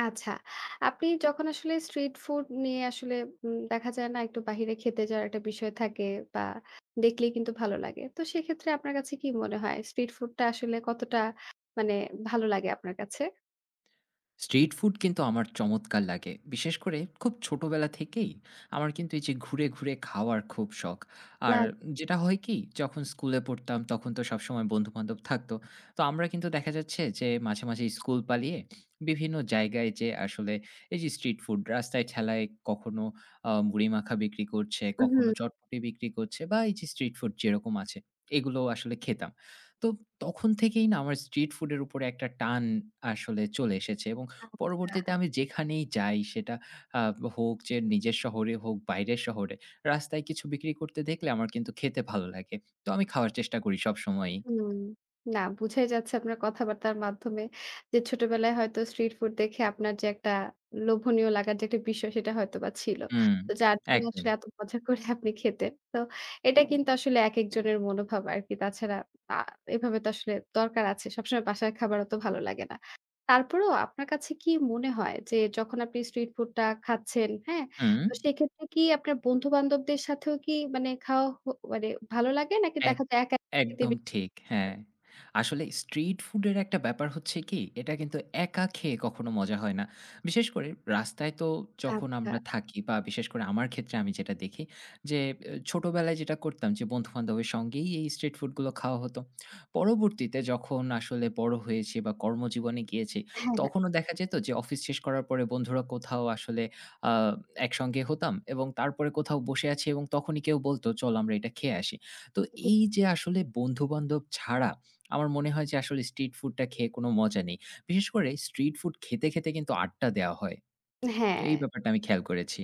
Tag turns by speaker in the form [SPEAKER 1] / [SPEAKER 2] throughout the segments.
[SPEAKER 1] আচ্ছা। আপনি যখন আসলে স্ট্রিট ফুড নিয়ে আসলে দেখা যায় না, একটু বাহিরে খেতে যাওয়ার একটা বিষয় থাকে বা দেখলেই কিন্তু ভালো লাগে। তো সেক্ষেত্রে আপনার কাছে কি মনে হয় স্ট্রিট ফুডটা আসলে কতটা মানে ভালো লাগে আপনার কাছে?
[SPEAKER 2] স্ট্রিট ফুড কিন্তু আমার চমৎকার লাগে। বিশেষ করে খুব ছোটবেলা থেকেই আমার কিন্তু এই যে ঘুরে, ঘুরে খাওয়ার খুব শখ। আর
[SPEAKER 1] না,
[SPEAKER 2] যেটা হয় কি, যখন স্কুলে পড়তাম তখন তো সবসময় বন্ধু-বান্ধব থাকতো। তো আমরা কিন্তু দেখা যাচ্ছে যে মাঝে, মাঝে স্কুল পালিয়ে বিভিন্ন জায়গায় যেয়ে আসলে এই যে স্ট্রিট ফুড রাস্তায় ঠেলায় কখনো মুড়ি মাখা বিক্রি করছে, কখনো
[SPEAKER 1] হুম।
[SPEAKER 2] চটপটি বিক্রি করছে বা এই যে স্ট্রিট ফুড যেরকম আছে, এগুলো আসলে খেতাম। তো তখন থেকেই না আমার স্ট্রিট ফুডের উপরে একটা টান আসলে চলে এসেছে এবং পরবর্তীতে আমি যেখানেই যাই সেটা আ হোক যে নিজের শহরে হোক, বাইরের শহরে, রাস্তায় কিছু বিক্রি করতে দেখলে আমার কিন্তু খেতে ভালো লাগে। তো আমি খাওয়ার চেষ্টা করি সবসময়ই।
[SPEAKER 1] হুম। না, বুঝাই যাচ্ছে আপনার কথাবার্তার মাধ্যমে যে ছোটবেলায় হয়তো স্ট্রিট ফুড দেখে আপনার যে একটা লোভনীয় লাগার যে একটা বিষয় সেটা হয়তোবা ছিল।
[SPEAKER 2] হুম,
[SPEAKER 1] তো যার জন্য
[SPEAKER 2] একদম।
[SPEAKER 1] আসলে এত মজা করে আপনি খেতেন। তো এটা কিন্তু আসলে একেকজনের মনোভাব আরকি। তাছাড়া আ এভাবে তো আসলে দরকার আছে। সবসময় বাসার খাবার অত ভালো লাগে না। তারপরেও আপনার কাছে কি মনে হয় যে যখন আপনি স্ট্রিট ফুডটা খাচ্ছেন, হ্যাঁ?
[SPEAKER 2] হুম,
[SPEAKER 1] তো সেক্ষেত্রে কি আপনার বন্ধু-বান্ধবদের সাথেও কি মানে খাওয়া মানে ভালো লাগে, নাকি
[SPEAKER 2] এক
[SPEAKER 1] দেখা যায় একা খেতে
[SPEAKER 2] একদম ঠিক, হ্যাঁ। আসলে স্ট্রিট ফুডের একটা ব্যাপার হচ্ছে কি, এটা কিন্তু একা খেয়ে কখনো মজা হয় না। বিশেষ করে রাস্তায় তো, যখন
[SPEAKER 1] আচ্ছা।
[SPEAKER 2] আমরা থাকি বা বিশেষ করে আমার ক্ষেত্রে আমি যেটা দেখি যে, ছোটবেলায় যেটা করতাম যে, বন্ধু-বান্ধবের সঙ্গেই এই স্ট্রিট ফুডগুলো খাওয়া হতো। পরবর্তীতে যখন আসলে বড় হয়েছি বা কর্মজীবনে গিয়েছি,
[SPEAKER 1] হ্যাঁ, হ্যাঁ।
[SPEAKER 2] তখনও দেখা যেত যে অফিস শেষ করার পরে বন্ধুরা কোথাও আসলে আ একসঙ্গে হতাম এবং তারপরে কোথাও বসে আছি এবং তখনই কেউ বলত, "চল আমরা এটা খেয়ে আসি।" তো এই যে আসলে বন্ধু-বান্ধব ছাড়া আমার মনে হয় যে আসলে স্ট্রিট ফুডটা খেয়ে কোনো মজা নেই। বিশেষ করে স্ট্রিট ফুড খেতে, খেতে কিন্তু আড্ডা দেওয়া হয়। তো
[SPEAKER 1] হ্যাঁ।
[SPEAKER 2] এই ব্যাপারটা আমি খেয়াল করেছি।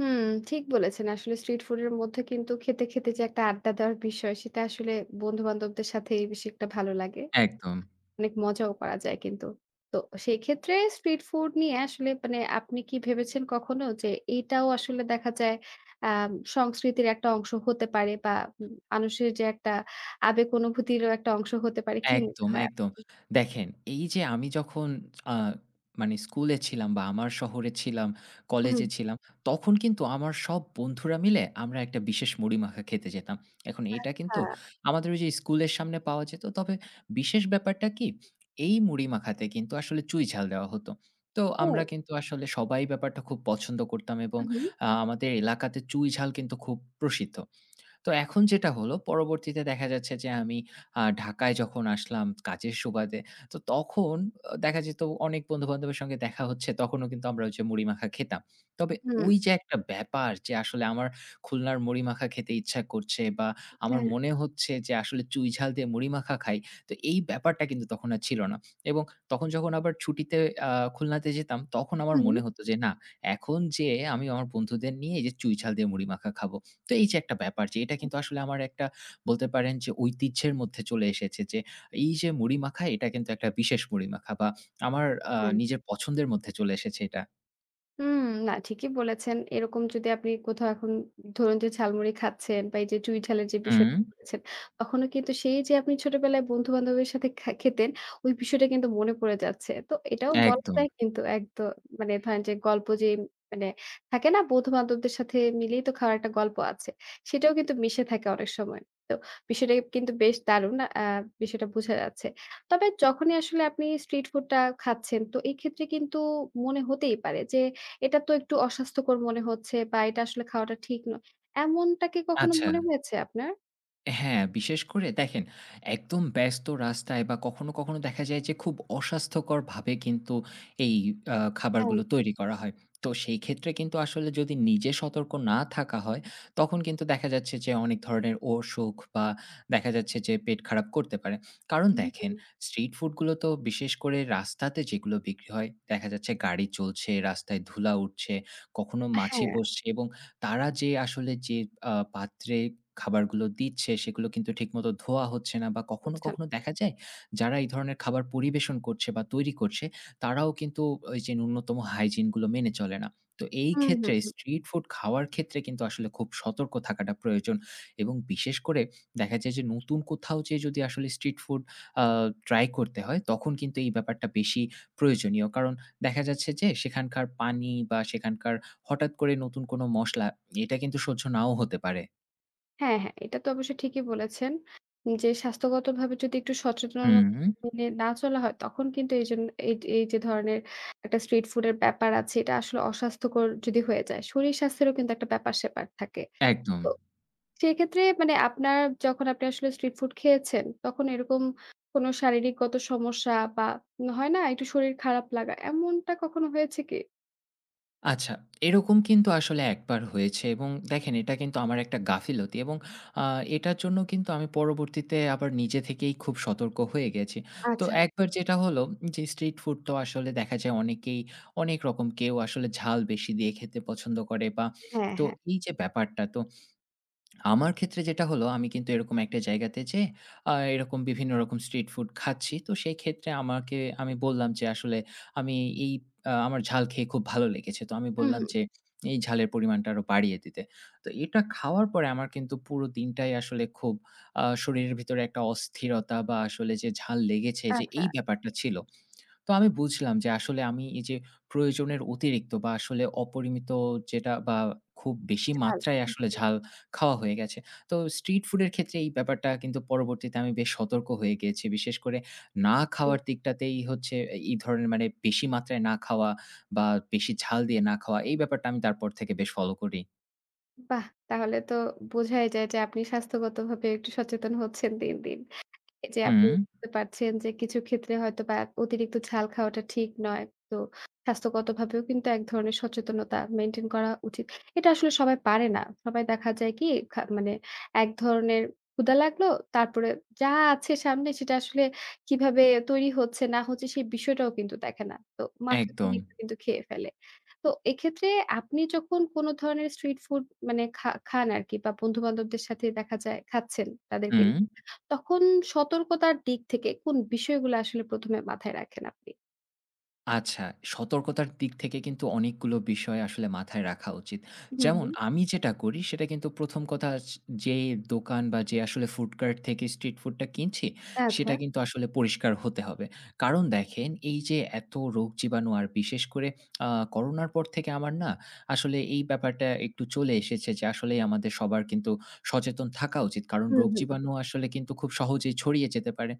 [SPEAKER 1] হুম, ঠিক বলেছেন। আসলে স্ট্রিট ফুডের মধ্যে কিন্তু খেতে, খেতে যে একটা আড্ডা দেওয়ার বিষয় সেটা আসলে বন্ধু-বান্ধবদের সাথেই বেশি একটা ভালো লাগে।
[SPEAKER 2] একদম।
[SPEAKER 1] অনেক মজাও করা যায় কিন্তু। তো সেই ক্ষেত্রে স্ট্রিট ফুড নিয়ে আসলে মানে আপনি কি ভেবেছেন কখনো যে এটাও আসলে দেখা যায় আ সংস্কৃতির একটা অংশ হতে পারে বা মানুষের যে একটা আবেগ অনুভূতিরও একটা অংশ হতে পারে, কি মনে
[SPEAKER 2] একদম,
[SPEAKER 1] হয়?
[SPEAKER 2] একদম। দেখেন, এই যে আমি যখন আ মানে স্কুলে ছিলাম বা আমার শহরে ছিলাম,
[SPEAKER 1] হুম,
[SPEAKER 2] কলেজে ছিলাম, তখন কিন্তু আমার সব বন্ধুরা মিলে আমরা একটা বিশেষ মুড়ি-মাখা খেতে যেতাম। এখন এটা
[SPEAKER 1] আচ্ছা।
[SPEAKER 2] কিন্তু আমাদের ওই যে স্কুলের সামনে পাওয়া যেত। তবে বিশেষ ব্যাপারটা কি? এই মুড়ি-মাখাতে কিন্তু আসলে চুই-ঝাল দেওয়া হতো। তো আমরা
[SPEAKER 1] ও!
[SPEAKER 2] কিন্তু আসলে সবাই ব্যাপারটা খুব পছন্দ করতাম এবং
[SPEAKER 1] হু, হু।
[SPEAKER 2] আমাদের এলাকাতে চুই-ঝাল কিন্তু খুব প্রসিদ্ধ। তো এখন যেটা হলো, পরবর্তীতে দেখা যাচ্ছে যে আমি ঢাকায় যখন আসলাম কাজের সুবাদে, তো তখন দেখা যেত অনেক বন্ধু-বান্ধবের সঙ্গে দেখা হচ্ছে, তখনও কিন্তু আমরা ওই যে মুড়ি মাখা খেতাম। তবে
[SPEAKER 1] হুম।
[SPEAKER 2] ওই যে একটা ব্যাপার যে আসলে আমার খুলনার মুড়ি মাখা খেতে ইচ্ছা করছে বা আমার
[SPEAKER 1] হ্যাঁ।
[SPEAKER 2] মনে হচ্ছে যে আসলে চুই ঝাল দিয়ে মুড়ি মাখা খাই, তো এই ব্যাপারটা কিন্তু তখন আর ছিল না। এবং তখন যখন আবার ছুটিতে আ খুলনাতে যেতাম, তখন আমার
[SPEAKER 1] হু, হু।
[SPEAKER 2] মনে হতো যে না, এখন যেয়ে আমি আমার বন্ধুদের নিয়ে এই যে চুই ঝাল দিয়ে মুড়ি মাখা খাবো। তো এই যে একটা ব্যাপার যে এটা কিন্তু আসলে আমার একটা, বলতে পারেন যে ঐতিহ্যের মধ্যে চলে এসেছে যে এই যে মুড়ি মাখা, এটা কিন্তু একটা বিশেষ মুড়ি মাখা বা আমার
[SPEAKER 1] হ্যাঁ।
[SPEAKER 2] নিজের পছন্দের মধ্যে চলে এসেছে এটা।
[SPEAKER 1] হুম, না ঠিকই বলেছেন। এরকম যদি আপনি কোথাও এখন ধরুন যে ঝালমুড়ি খাচ্ছেন বা এই যে চুই ঝালের যে
[SPEAKER 2] হুম,
[SPEAKER 1] বিষয়টা বলেছেন, তখনও কিন্তু সেই যে আপনি ছোটবেলায় বন্ধু-বান্ধবের সাথে খেতেন, ওই বিষয়টা কিন্তু মনে পড়ে যাচ্ছে। তো এটাও বলা
[SPEAKER 2] একদম।
[SPEAKER 1] যায় কিন্তু একদম, মানে ধরেন যে গল্প যে মানে থাকে না, বন্ধু-বান্ধবদের সাথে মিলেই তো খাওয়ার একটা গল্প আছে। সেটাও কিন্তু মিশে থাকে অনেক সময়। তো বিষয়টা কিন্তু বেশ দারুণ, বিষয়টা বোঝা যাচ্ছে। তবে যখনই আসলে আপনি স্ট্রিট ফুডটা খাচ্ছেন, তো এই ক্ষেত্রে কিন্তু মনে হতেই পারে যে এটা তো একটু অস্বাস্থ্যকর মনে হচ্ছে বা এটা আসলে খাওয়াটা ঠিক নয়। এমনটা কি কখনো
[SPEAKER 2] আচ্ছা।
[SPEAKER 1] মনে হয়েছে আপনার?
[SPEAKER 2] হ্যাঁ, বিশেষ করে দেখেন, একদম ব্যস্ত রাস্তায় বা কখনো, কখনো দেখা যায় যে খুব অস্বাস্থ্যকরভাবে কিন্তু এই
[SPEAKER 1] হ্যাঁ,
[SPEAKER 2] খাবারগুলো তৈরি করা হয়। তো সেই ক্ষেত্রে কিন্তু আসলে যদি নিজে সতর্ক না থাকা হয়, তখন কিন্তু দেখা যাচ্ছে যে অনেক ধরনের অসুখ বা দেখা যাচ্ছে যে পেট খারাপ করতে পারে। কারণ
[SPEAKER 1] হুম,
[SPEAKER 2] দেখেন,
[SPEAKER 1] হুম।
[SPEAKER 2] স্ট্রিট ফুডগুলো তো বিশেষ করে রাস্তাতে যেগুলো বিক্রি হয়, দেখা যাচ্ছে গাড়ি চলছে, রাস্তায় ধুলা উঠছে, কখনো মাছি
[SPEAKER 1] হ্যাঁ,
[SPEAKER 2] বসছে এবং তারা যে আসলে যে পাত্রে খাবারগুলো দিচ্ছে সেগুলো কিন্তু ঠিকমতো ধোয়া হচ্ছে না বা কখনো,
[SPEAKER 1] বুঝছেন।
[SPEAKER 2] কখনো দেখা যায় যারা এই ধরনের খাবার পরিবেশন করছে বা তৈরি করছে তারাও কিন্তু ওই যে ন্যূনতম হাইজিন গুলো মেনে চলে না। তো এই
[SPEAKER 1] হুম,
[SPEAKER 2] ক্ষেত্রে
[SPEAKER 1] হুম, হুম।
[SPEAKER 2] স্ট্রিট ফুড খাওয়ার ক্ষেত্রে কিন্তু আসলে খুব সতর্ক থাকাটা প্রয়োজন এবং বিশেষ করে দেখা যায় যে নতুন কোথাও যেয়ে যদি আসলে স্ট্রিট ফুড আ ট্রাই করতে হয় তখন কিন্তু এই ব্যাপারটা বেশি প্রয়োজনীয়। কারণ দেখা যাচ্ছে যে সেখানকার পানি বা সেখানকার হঠাৎ করে নতুন কোনো মসলা, এটা কিন্তু সহ্য নাও হতে পারে।
[SPEAKER 1] হ্যাঁ, হ্যাঁ, এটা তো অবশ্যই ঠিকই বলেছেন। যে স্বাস্থ্যগতভাবে যদি একটু সচেতনতা
[SPEAKER 2] হুম।
[SPEAKER 1] মেনে না চলা হয়, তখন কিন্তু এইজন্য এই এই যে ধরনের একটা স্ট্রিট ফুডের ব্যাপার আছে, এটা আসলে অস্বাস্থ্যকর যদি হয়ে যায়, শরীর স্বাস্থ্যেরও কিন্তু একটা ব্যাপার-স্যাপার থাকে।
[SPEAKER 2] একদম।
[SPEAKER 1] তো সেক্ষেত্রে মানে আপনার, যখন আপনি আসলে স্ট্রিট ফুড খেয়েছেন, তখন এরকম কোনো শারীরিকগত সমস্যা বা হয় না একটু শরীর খারাপ লাগা, এমনটা কখনো হয়েছে কি?
[SPEAKER 2] আচ্ছা, এরকম কিন্তু আসলে একবার হয়েছে এবং দেখেন এটা কিন্তু আমার একটা গাফিলতি এবং আ এটার জন্য কিন্তু আমি পরবর্তীতে আবার নিজে থেকেই খুব সতর্ক হয়ে গেছি। তো
[SPEAKER 1] আচ্ছা,
[SPEAKER 2] একবার যেটা হলো, যে স্ট্রিট ফুড তো আসলে দেখা যায় অনেকেই অনেক রকম, কেউ আসলে ঝাল বেশি দিয়ে খেতে পছন্দ করে বা,
[SPEAKER 1] হ্যাঁ,
[SPEAKER 2] তো
[SPEAKER 1] হ্যাঁ।
[SPEAKER 2] এই যে ব্যাপারটা তো আমার ক্ষেত্রে যেটা হলো, আমি কিন্তু এরকম একটা জায়গাতে যেয়ে এরকম বিভিন্ন রকম স্ট্রিট ফুড খাচ্ছি। তো সেই ক্ষেত্রে আমাকে, আমি বললাম যে, "আসলে আমি এই আ আমার ঝাল খেয়ে খুব ভালো লেগেছে।" তো আমি
[SPEAKER 1] হুম,
[SPEAKER 2] বললাম
[SPEAKER 1] হুম।
[SPEAKER 2] যে, "এই ঝালের পরিমাণটা আরো বাড়িয়ে দিতে।" তো এটা খাওয়ার পরে আমার কিন্তু পুরো দিনটাই আসলে খুব শরীরের ভিতরে একটা অস্থিরতা বা আসলে যে ঝাল লেগেছে যে
[SPEAKER 1] আচ্ছা,
[SPEAKER 2] এই ব্যাপারটা ছিল। তো আমি বুঝলাম যে আসলে আমি এই যে প্রয়োজনের অতিরিক্ত বা আসলে অপরিমিত, যেটা বা খুব বেশি
[SPEAKER 1] ঝাল।
[SPEAKER 2] মাত্রায়
[SPEAKER 1] হুম,
[SPEAKER 2] আসলে
[SPEAKER 1] হুম,
[SPEAKER 2] ঝাল খাওয়া হয়ে গেছে। তো স্ট্রিট ফুডের ক্ষেত্রে এই ব্যাপারটা কিন্তু পরবর্তীতে আমি বেশ সতর্ক হয়ে গিয়েছি। বিশেষ করে না
[SPEAKER 1] হুম।
[SPEAKER 2] খাওয়ার দিকটাতেই হচ্ছে, এই ধরনের মানে বেশি মাত্রায় না খাওয়া বা বেশি ঝাল দিয়ে না খাওয়া, এই ব্যাপারটা আমি তারপর থেকে বেশ ফলো করি।
[SPEAKER 1] বাহ! তাহলে তো বোঝাই যায় যে আপনি স্বাস্থ্যগতভাবে একটু সচেতন হচ্ছেন দিন, দিন। এই যে আপনি
[SPEAKER 2] হুম,
[SPEAKER 1] বুঝতে পারছেন যে কিছু ক্ষেত্রে হয়তোবা অতিরিক্ত ঝাল খাওয়াটা ঠিক নয়। তো স্বাস্থ্যগতভাবেও কিন্তু এক ধরনের সচেতনতা মেইনটেইন করা উচিত। এটা আসলে সবাই পারে না। সবাই দেখা যায় কি মানে এক ধরনের ক্ষুধা লাগলো, তারপরে যা আছে সামনে সেটা আসলে কিভাবে তৈরি হচ্ছে না হচ্ছে সেই বিষয়টাও কিন্তু দেখে না। তো
[SPEAKER 2] একদম।
[SPEAKER 1] মাত্রাতিরিক্ত কিন্তু খেয়ে ফেলে। তো এক্ষেত্রে আপনি যখন কোনো ধরনের স্ট্রিট ফুড মানে খান আরকি বা বন্ধু-বান্ধবদের সাথে দেখা যায় খাচ্ছেন তাদেরকে,
[SPEAKER 2] হুম।
[SPEAKER 1] তখন সতর্কতার দিক থেকে কোন বিষয়গুলো আসলে ১ম এ মাথায় রাখেন আপনি?
[SPEAKER 2] আচ্ছা, সতর্কতার দিক থেকে কিন্তু অনেকগুলো বিষয় আসলে মাথায় রাখা উচিত।
[SPEAKER 1] হুম,
[SPEAKER 2] যেমন
[SPEAKER 1] হুম।
[SPEAKER 2] আমি যেটা করি সেটা কিন্তু প্রথম কথা, যে দোকান বা যে আসলে ফুড কার্ট থেকে স্ট্রিট ফুডটা কিনছি,
[SPEAKER 1] আচ্ছা।
[SPEAKER 2] সেটা কিন্তু আসলে পরিষ্কার হতে হবে। কারণ দেখেন, এই যে এত রোগ জীবাণু আর বিশেষ করে আ করোনার পর থেকে আমার না আসলে এই ব্যাপারটা একটু চলে এসেছে যে আসলেই আমাদের সবার কিন্তু সচেতন থাকা উচিত। কারণ
[SPEAKER 1] হুম,
[SPEAKER 2] রোগ
[SPEAKER 1] হুম।
[SPEAKER 2] জীবাণু আসলে কিন্তু খুব সহজেই ছড়িয়ে যেতে পারে।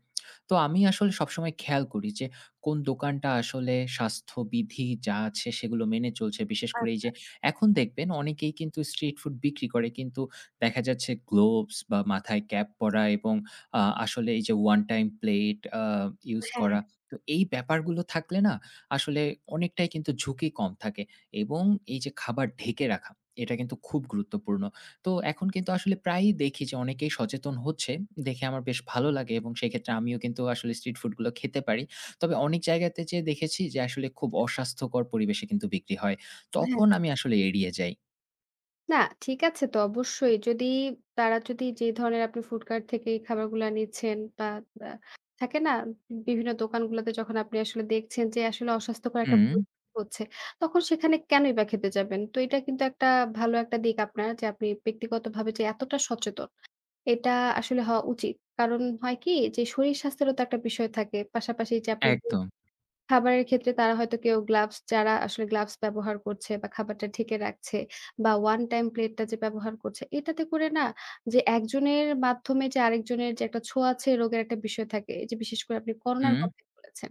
[SPEAKER 2] তো আমি আসলে সবসময় খেয়াল করি যে কোন দোকানটা আসলে স্বাস্থ্যবিধি যা আছে সেগুলো মেনে চলছে। বিশেষ করে এই
[SPEAKER 1] আচ্ছা।
[SPEAKER 2] যে এখন দেখবেন অনেকেই কিন্তু স্ট্রিট ফুড বিক্রি করে। কিন্তু দেখা যাচ্ছে গ্লোভস বা মাথায় ক্যাপ পরা এবং আসলে এই যে ওয়ান টাইম প্লেট ইউজ করা। তো এই ব্যাপারগুলো থাকলে না, আসলে অনেকটাই কিন্তু ঝুঁকি কম থাকে এবং এই যে খাবার ঢেকে রাখা, এটা কিন্তু খুব গুরুত্বপূর্ণ। তো এখন কিন্তু আসলে প্রায়ই দেখি যে অনেকেই সচেতন হচ্ছে। দেখে আমার বেশ ভালো লাগে এবং সেক্ষেত্রে আমিও কিন্তু আসলে স্ট্রিট ফুডগুলো খেতে পারি। তবে অনেক জায়গাতে যেয়ে দেখেছি যে আসলে খুব অস্বাস্থ্যকর পরিবেশে কিন্তু বিক্রি হয়।
[SPEAKER 1] হ্যাঁ।
[SPEAKER 2] তখন আমি আসলে এড়িয়ে যাই।
[SPEAKER 1] না, ঠিক আছে তো অবশ্যই। যদি তারা যদি যে ধরনের আপনি ফুড কার্ট থেকে এই খাবারগুলা নিচ্ছেন বা আ থাকে না, বিভিন্ন দোকানগুলোতে যখন আপনি আসলে দেখছেন যে আসলে অস্বাস্থ্যকর একটা
[SPEAKER 2] হুম,
[SPEAKER 1] পরিস্থিতি হচ্ছে, তখন সেখানে কেনই বা খেতে যাবেন? তো এটা কিন্তু একটা ভালো একটা দিক আপনার, যে আপনি ব্যক্তিগতভাবে যে এতটা সচেতন। এটা আসলে হওয়া উচিত। কারণ হয় কি, যে শরীর স্বাস্থ্যেরও তো একটা বিষয় থাকে। পাশাপাশি যে আপনি বল
[SPEAKER 2] একদম।
[SPEAKER 1] খাবারের ক্ষেত্রে তারা হয়তো কেউ গ্লাভস, যারা আসলে গ্লাভস ব্যবহার করছে বা খাবারটা ঢেকে রাখছে বা ওয়ান টাইম প্লেটটা যে ব্যবহার করছে, এটাতে করে না যে একজনের মাধ্যমে যে আরেকজনের যে একটা ছোঁয়াচে রোগের একটা বিষয় থাকে, এই যে বিশেষ করে আপনি করোনার
[SPEAKER 2] হুম।
[SPEAKER 1] কথাই বলেছেন।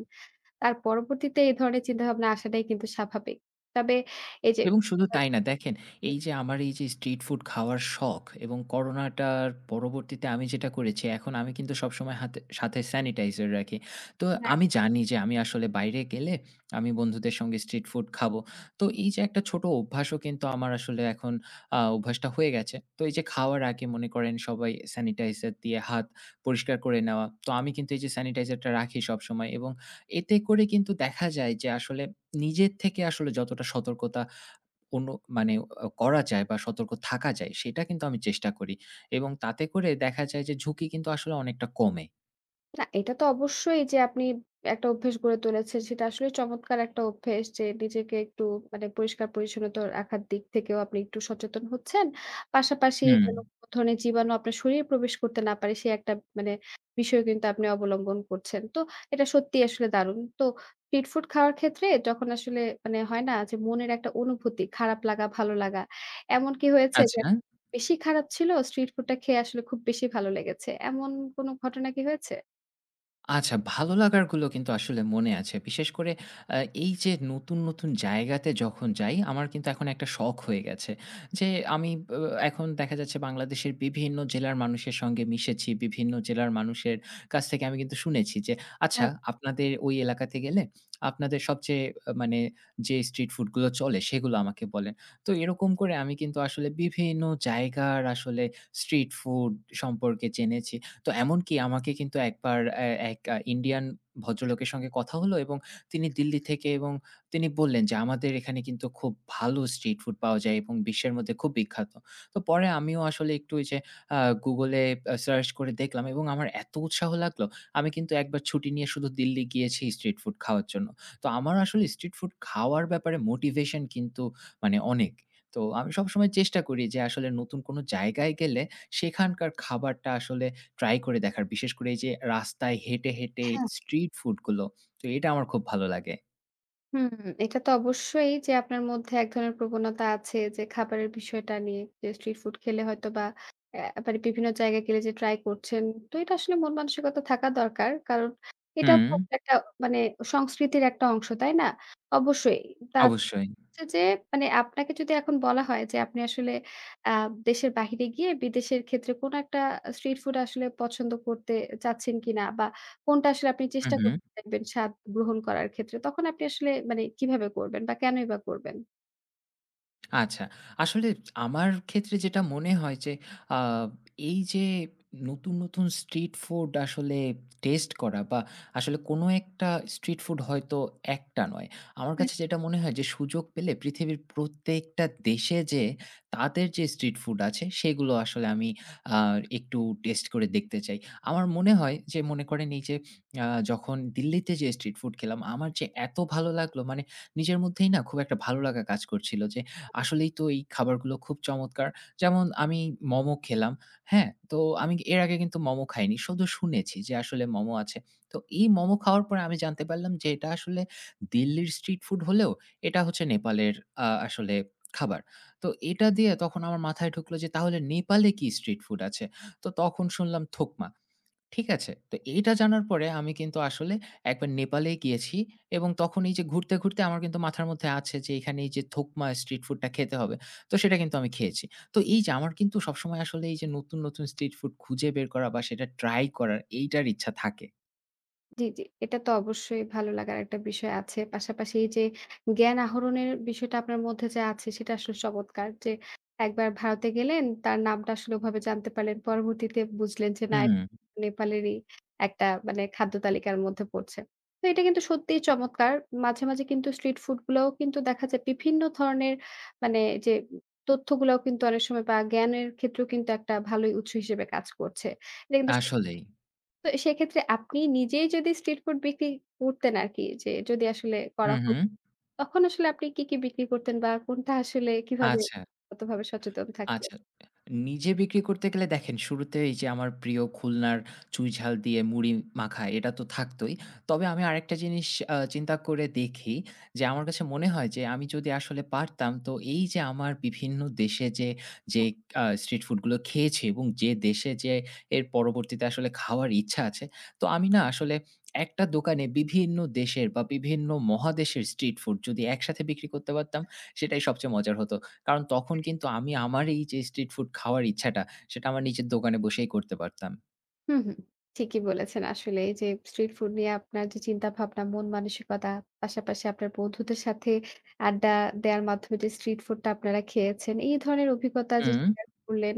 [SPEAKER 1] তার পরবর্তীতে এই ধরনের চিন্তাভাবনা আসাটাই কিন্তু স্বাভাবিক। তবে এই যে
[SPEAKER 2] এবং শুধু তাই না, দেখেন, এই যে আমার এই যে স্ট্রিট ফুড খাওয়ার শখ এবং করোনাটার পরবর্তীতে আমি যেটা করেছি, এখন আমি কিন্তু সবসময় হাতে সাথে স্যানিটাইজার রাখি। তো আমি জানি যে আমি আসলে বাইরে গেলে আমি বন্ধুদের সঙ্গে স্ট্রিট ফুড খাবো। তো এই যে
[SPEAKER 1] হ্যাঁ,
[SPEAKER 2] একটা ছোট অভ্যাসও কিন্তু আমার আসলে এখন অভ্যাসটা হয়ে গেছে। তো এই যে খাওয়ার আগে মনে করেন সবাই স্যানিটাইজার দিয়ে হাত পরিষ্কার করে নেওয়া। তো আমি কিন্তু এই যে স্যানিটাইজারটা রাখি সবসময় এবং এতে করে কিন্তু দেখা যায় যে আসলে নিজের থেকে আসলে যতটা সতর্কতা, কোনো মানে করা যায় বা সতর্ক থাকা যায়, সেটা কিন্তু আমি চেষ্টা করি এবং তাতে করে দেখা যায় যে ঝুঁকি কিন্তু আসলে অনেকটা কমে।
[SPEAKER 1] না, এটা তো অবশ্যই যে আপনি একটা অভ্যেস গড়ে তুলেছেন, সেটা আসলে চমৎকার একটা অভ্যেস, যে নিজেকে একটু মানে পরিষ্কার-পরিচ্ছন্নতা রাখার দিক থেকেও আপনি একটু সচেতন হচ্ছেন। পাশাপাশি
[SPEAKER 2] হুম,
[SPEAKER 1] যেন কোন ধরনের জীবাণু আপনার শরীরে প্রবেশ করতে না পারে, সে একটা মানে বিষয় কিন্তু আপনি অবলম্বন করছেন। তো এটা সত্যিই আসলে দারুণ। তো স্ট্রিট ফুড খাওয়ার ক্ষেত্রে যখন আসলে মানে হয় না যে মনের একটা অনুভূতি, খারাপ লাগা, ভালো লাগা, এমন কি হয়েছে যে
[SPEAKER 2] আচ্ছা।
[SPEAKER 1] বেশি খারাপ ছিল স্ট্রিট ফুডটা খেয়ে, আসলে খুব বেশি ভালো লেগেছে, এমন কোন ঘটনা কি হয়েছে?
[SPEAKER 2] আচ্ছা, ভালো লাগারগুলো কিন্তু আসলে মনে আছে। বিশেষ করে আ এই যে নতুন, নতুন জায়গাতে যখন যাই, আমার কিন্তু এখন একটা শখ হয়ে গেছে। যে আমি, অ এখন দেখা যাচ্ছে বাংলাদেশের বিভিন্ন জেলার মানুষের সঙ্গে মিশেছি। বিভিন্ন জেলার মানুষের কাছ থেকে আমি কিন্তু শুনেছি যে, "আচ্ছা, আপনাদের ওই এলাকাতে গেলে আপনাদের সবচেয়ে মানে যে স্ট্রিট ফুডগুলো চলে, সেগুলো আমাকে বলেন।" তো এরকম করে আমি কিন্তু আসলে বিভিন্ন জায়গার আসলে স্ট্রিট ফুড সম্পর্কে জেনেছি। তো এমনকি আমাকে কিন্তু একবার এক ইন্ডিয়ান ভদ্রলোকের সঙ্গে কথা হলো এবং তিনি দিল্লি থেকে, এবং তিনি বললেন যে, "আমাদের এখানে কিন্তু খুব ভালো স্ট্রিট ফুড পাওয়া যায় এবং বিশ্বের মধ্যে খুব বিখ্যাত।" তো পরে আমিও আসলে একটু ওই যে আ Google এ সার্চ করে দেখলাম এবং আমার এত উৎসাহ লাগলো, আমি কিন্তু একবার ছুটি নিয়ে শুধু দিল্লি গিয়েছি স্ট্রিট ফুড খাওয়ার জন্য। তো আমার আসলে স্ট্রিট ফুড খাওয়ার ব্যাপারে মোটিভেশন কিন্তু মানে অনেক। তো আমি সবসময় চেষ্টা করি যে আসলে নতুন কোনো জায়গায় গেলে সেখানকার খাবারটা আসলে ট্রাই করে দেখার। বিশেষ করে এই যে রাস্তায় হেঁটে, হেঁটে
[SPEAKER 1] আচ্ছা।
[SPEAKER 2] স্ট্রিট ফুড গুলো, তো এটা আমার খুব ভালো লাগে।
[SPEAKER 1] হুম, এটা তো অবশ্যই যে আপনার মধ্যে এক ধরনের প্রবণতা আছে যে খাবারের বিষয়টা নিয়ে, যে স্ট্রিট ফুড খেলে হয়তো বা অ্যা মানে বিভিন্ন জায়গায় গেলে যে ট্রাই করছেন। তো এটা আসলে মন মানসিকতা থাকা দরকার। কারণ এটা
[SPEAKER 2] হুম,
[SPEAKER 1] তো আপনার একটা মানে সংস্কৃতির একটা অংশ, তাই না? অবশ্যই। তা
[SPEAKER 2] অবশ্যই।
[SPEAKER 1] হচ্ছে যে মানে আপনাকে যদি এখন বলা হয় যে আপনি আসলে আ দেশের বাহিরে গিয়ে বিদেশের ক্ষেত্রে কোন একটা স্ট্রিট ফুড আসলে পছন্দ করতে চাচ্ছেন কিনা, বা কোনটা আসলে আপনি
[SPEAKER 2] হু,
[SPEAKER 1] চেষ্টা করছেন,
[SPEAKER 2] হু।
[SPEAKER 1] দেখবেন স্বাদ গ্রহণ করার ক্ষেত্রে তখন আপনি আসলে মানে কিভাবে করবেন বা কেনই বা করবেন?
[SPEAKER 2] আচ্ছা। আসলে আমার ক্ষেত্রে যেটা মনে হয় যে আ এই যে নতুন, নতুন স্ট্রিট ফুড আসলে টেস্ট করা বা আসলে কোনো একটা স্ট্রিট ফুড হয়তো একটা নয়। আমার কাছে যেটা মনে হয় যে সুযোগ পেলে পৃথিবীর প্রত্যেকটা দেশে যেয়ে তাদের যে স্ট্রিট ফুড আছে সেগুলো আসলে আমি আ একটু টেস্ট করে দেখতে চাই। আমার মনে হয় যে মনে করেন এই যে আ যখন দিল্লিতে যেয়ে স্ট্রিট ফুড খেলাম, আমার যে এত ভালো লাগলো, মানে নিজের মধ্যেই না খুব একটা ভালো লাগা কাজ করছিল যে আসলেই তো এই খাবারগুলো খুব চমৎকার। যেমন আমি মোমো খেলাম, হ্যাঁ? তো আমি এর আগে কিন্তু মোমো খাইনি। শুধু শুনেছি যে আসলে মোমো আছে। তো এই মোমো খাওয়ার পরে আমি জানতে পারলাম যে এটা আসলে দিল্লির স্ট্রিট ফুড হলেও এটা হচ্ছে নেপালের আসলে খাবার। তো এটা দিয়ে তখন আমার মাথায় ঢুকলো যে তাহলে নেপালে কি স্ট্রিট ফুড আছে? তো তখন শুনলাম থোকমা। ঠিক আছে। তো এইটা জানার পরে আমি কিন্তু আসলে একবার নেপালে গিয়েছি এবং তখন এই যে ঘুরতে, ঘুরতে আমার কিন্তু মাথার মধ্যে আছে যে এখানে এই যে থোকমা স্ট্রিট ফুডটা খেতে হবে। তো সেটা কিন্তু আমি খেয়েছি। তো এই যে আমার কিন্তু সবসময় আসলে এই যে নতুন, নতুন স্ট্রিট ফুড খুঁজে বের করা বা সেটা ট্রাই করার, এইটার ইচ্ছা থাকে।
[SPEAKER 1] জি, জি। এটা তো অবশ্যই ভালো লাগার একটা বিষয় আছে। পাশাপাশি এই যে জ্ঞান আহরণের বিষয়টা আপনার মধ্যে যে আছে, সেটা আসলে চমৎকার। যে একবার ভারতে গেলেন, তার নামটা আসলে ওভাবে জানতে পারলেন। পরবর্তীতে বুঝলেন যে না,
[SPEAKER 2] হুম,
[SPEAKER 1] এটা নেপালেরই একটা মানে খাদ্য তালিকার মধ্যে পড়ছে। তো এটা কিন্তু সত্যিই চমৎকার। মাঝে, মাঝে কিন্তু স্ট্রিট ফুড গুলাও কিন্তু দেখা যায় বিভিন্ন ধরনের, মানে যে তথ্যগুলাও কিন্তু অনেক সময় বা জ্ঞানের ক্ষেত্রেও কিন্তু একটা ভালোই উৎস হিসেবে কাজ করছে। এটা কিন্তু
[SPEAKER 2] আসলেই।
[SPEAKER 1] তো সেক্ষেত্রে আপনি নিজেই যদি স্ট্রিট ফুড বিক্রি করতেন আরকি, যে যদি আসলে
[SPEAKER 2] হু,
[SPEAKER 1] করা হতো,
[SPEAKER 2] হু।
[SPEAKER 1] তখন আসলে আপনি কি, কি বিক্রি করতেন বা কোনটা আসলে কিভাবে
[SPEAKER 2] আচ্ছা।
[SPEAKER 1] কতভাবে সচেতন থাকতেন?
[SPEAKER 2] আচ্ছা। নিজে বিক্রি করতে গেলে দেখেন, শুরুতে এই যে আমার প্রিয় খুলনার চুইঝাল দিয়ে মুড়ি মাখা, এটা তো থাকতই। তবে আমি আরেকটা জিনিস চিন্তা করে দেখি যে আমার কাছে মনে হয় যে আমি যদি আসলে পারতাম, তো এই যে আমার বিভিন্ন দেশে যে স্ট্রিট ফুডগুলো খেয়েছি এবং যে দেশে যে এর পরবর্তীতে আসলে খাওয়ার ইচ্ছা আছে, তো আমি না আসলে একটা দোকানে বিভিন্ন দেশের বা বিভিন্ন মহাদেশের স্ট্রিট ফুড যদি একসাথে বিক্রি করতে পারতাম, সেটাই সবচেয়ে মজার হতো। কারণ তখন কিন্তু আমি আমার এই যে স্ট্রিট ফুড খাওয়ার ইচ্ছাটা, সেটা আমার নিজের দোকানে বসেই করতে পারতাম।
[SPEAKER 1] হুম, হুম। ঠিকই বলেছেন। আসলে এই যে স্ট্রিট ফুড নিয়ে আপনার যে চিন্তা ভাবনা, মন মানসিকতা, পাশাপাশি আপনার বন্ধুদের সাথে আড্ডা দেওয়ার মাধ্যমে যে স্ট্রিট ফুডটা আপনারা খেয়েছেন, এই ধরনের অভিজ্ঞতা যে
[SPEAKER 2] হুম,
[SPEAKER 1] শেয়ার করলেন,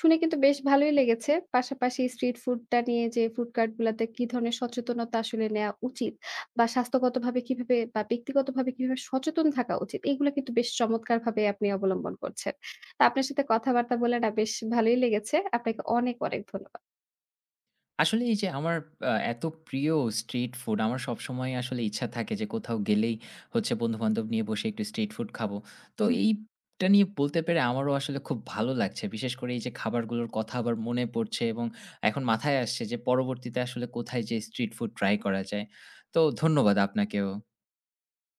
[SPEAKER 1] শুনে কিন্তু বেশ ভালোই লেগেছে। পাশাপাশি স্ট্রিট ফুডটা নিয়ে যে ফুড কার্ট গুলাতে কি ধরনের সচেতনতা আসলে নেয়া উচিত বা স্বাস্থ্যগতভাবে কিভাবে বা ব্যক্তিগতভাবে কিভাবে সচেতন থাকা উচিত, এগুলো কিন্তু বেশ চমৎকারভাবে আপনি অবলম্বন করছেন। তো আপনার সাথে কথাবার্তা বলে না বেশ ভালোই লেগেছে। আপনাকে অনেক, অনেক ধন্যবাদ।
[SPEAKER 2] আসলে এই যে আমার এত প্রিয় স্ট্রিট ফুড, আমার সবসময়ই আসলে ইচ্ছা থাকে যে কোথাও গেলেই হচ্ছে বন্ধু-বান্ধব নিয়ে বসে একটু স্ট্রিট ফুড খাবো। তো এইটা নিয়ে বলতে পেরে আমারও আসলে খুব ভালো লাগছে। বিশেষ করে এই যে খাবারগুলোর কথা আবার মনে পড়ছে এবং এখন মাথায় আসছে যে পরবর্তীতে আসলে কোথায় যেয়ে স্ট্রিট ফুড ট্রাই করা যায়। তো ধন্যবাদ আপনাকেও।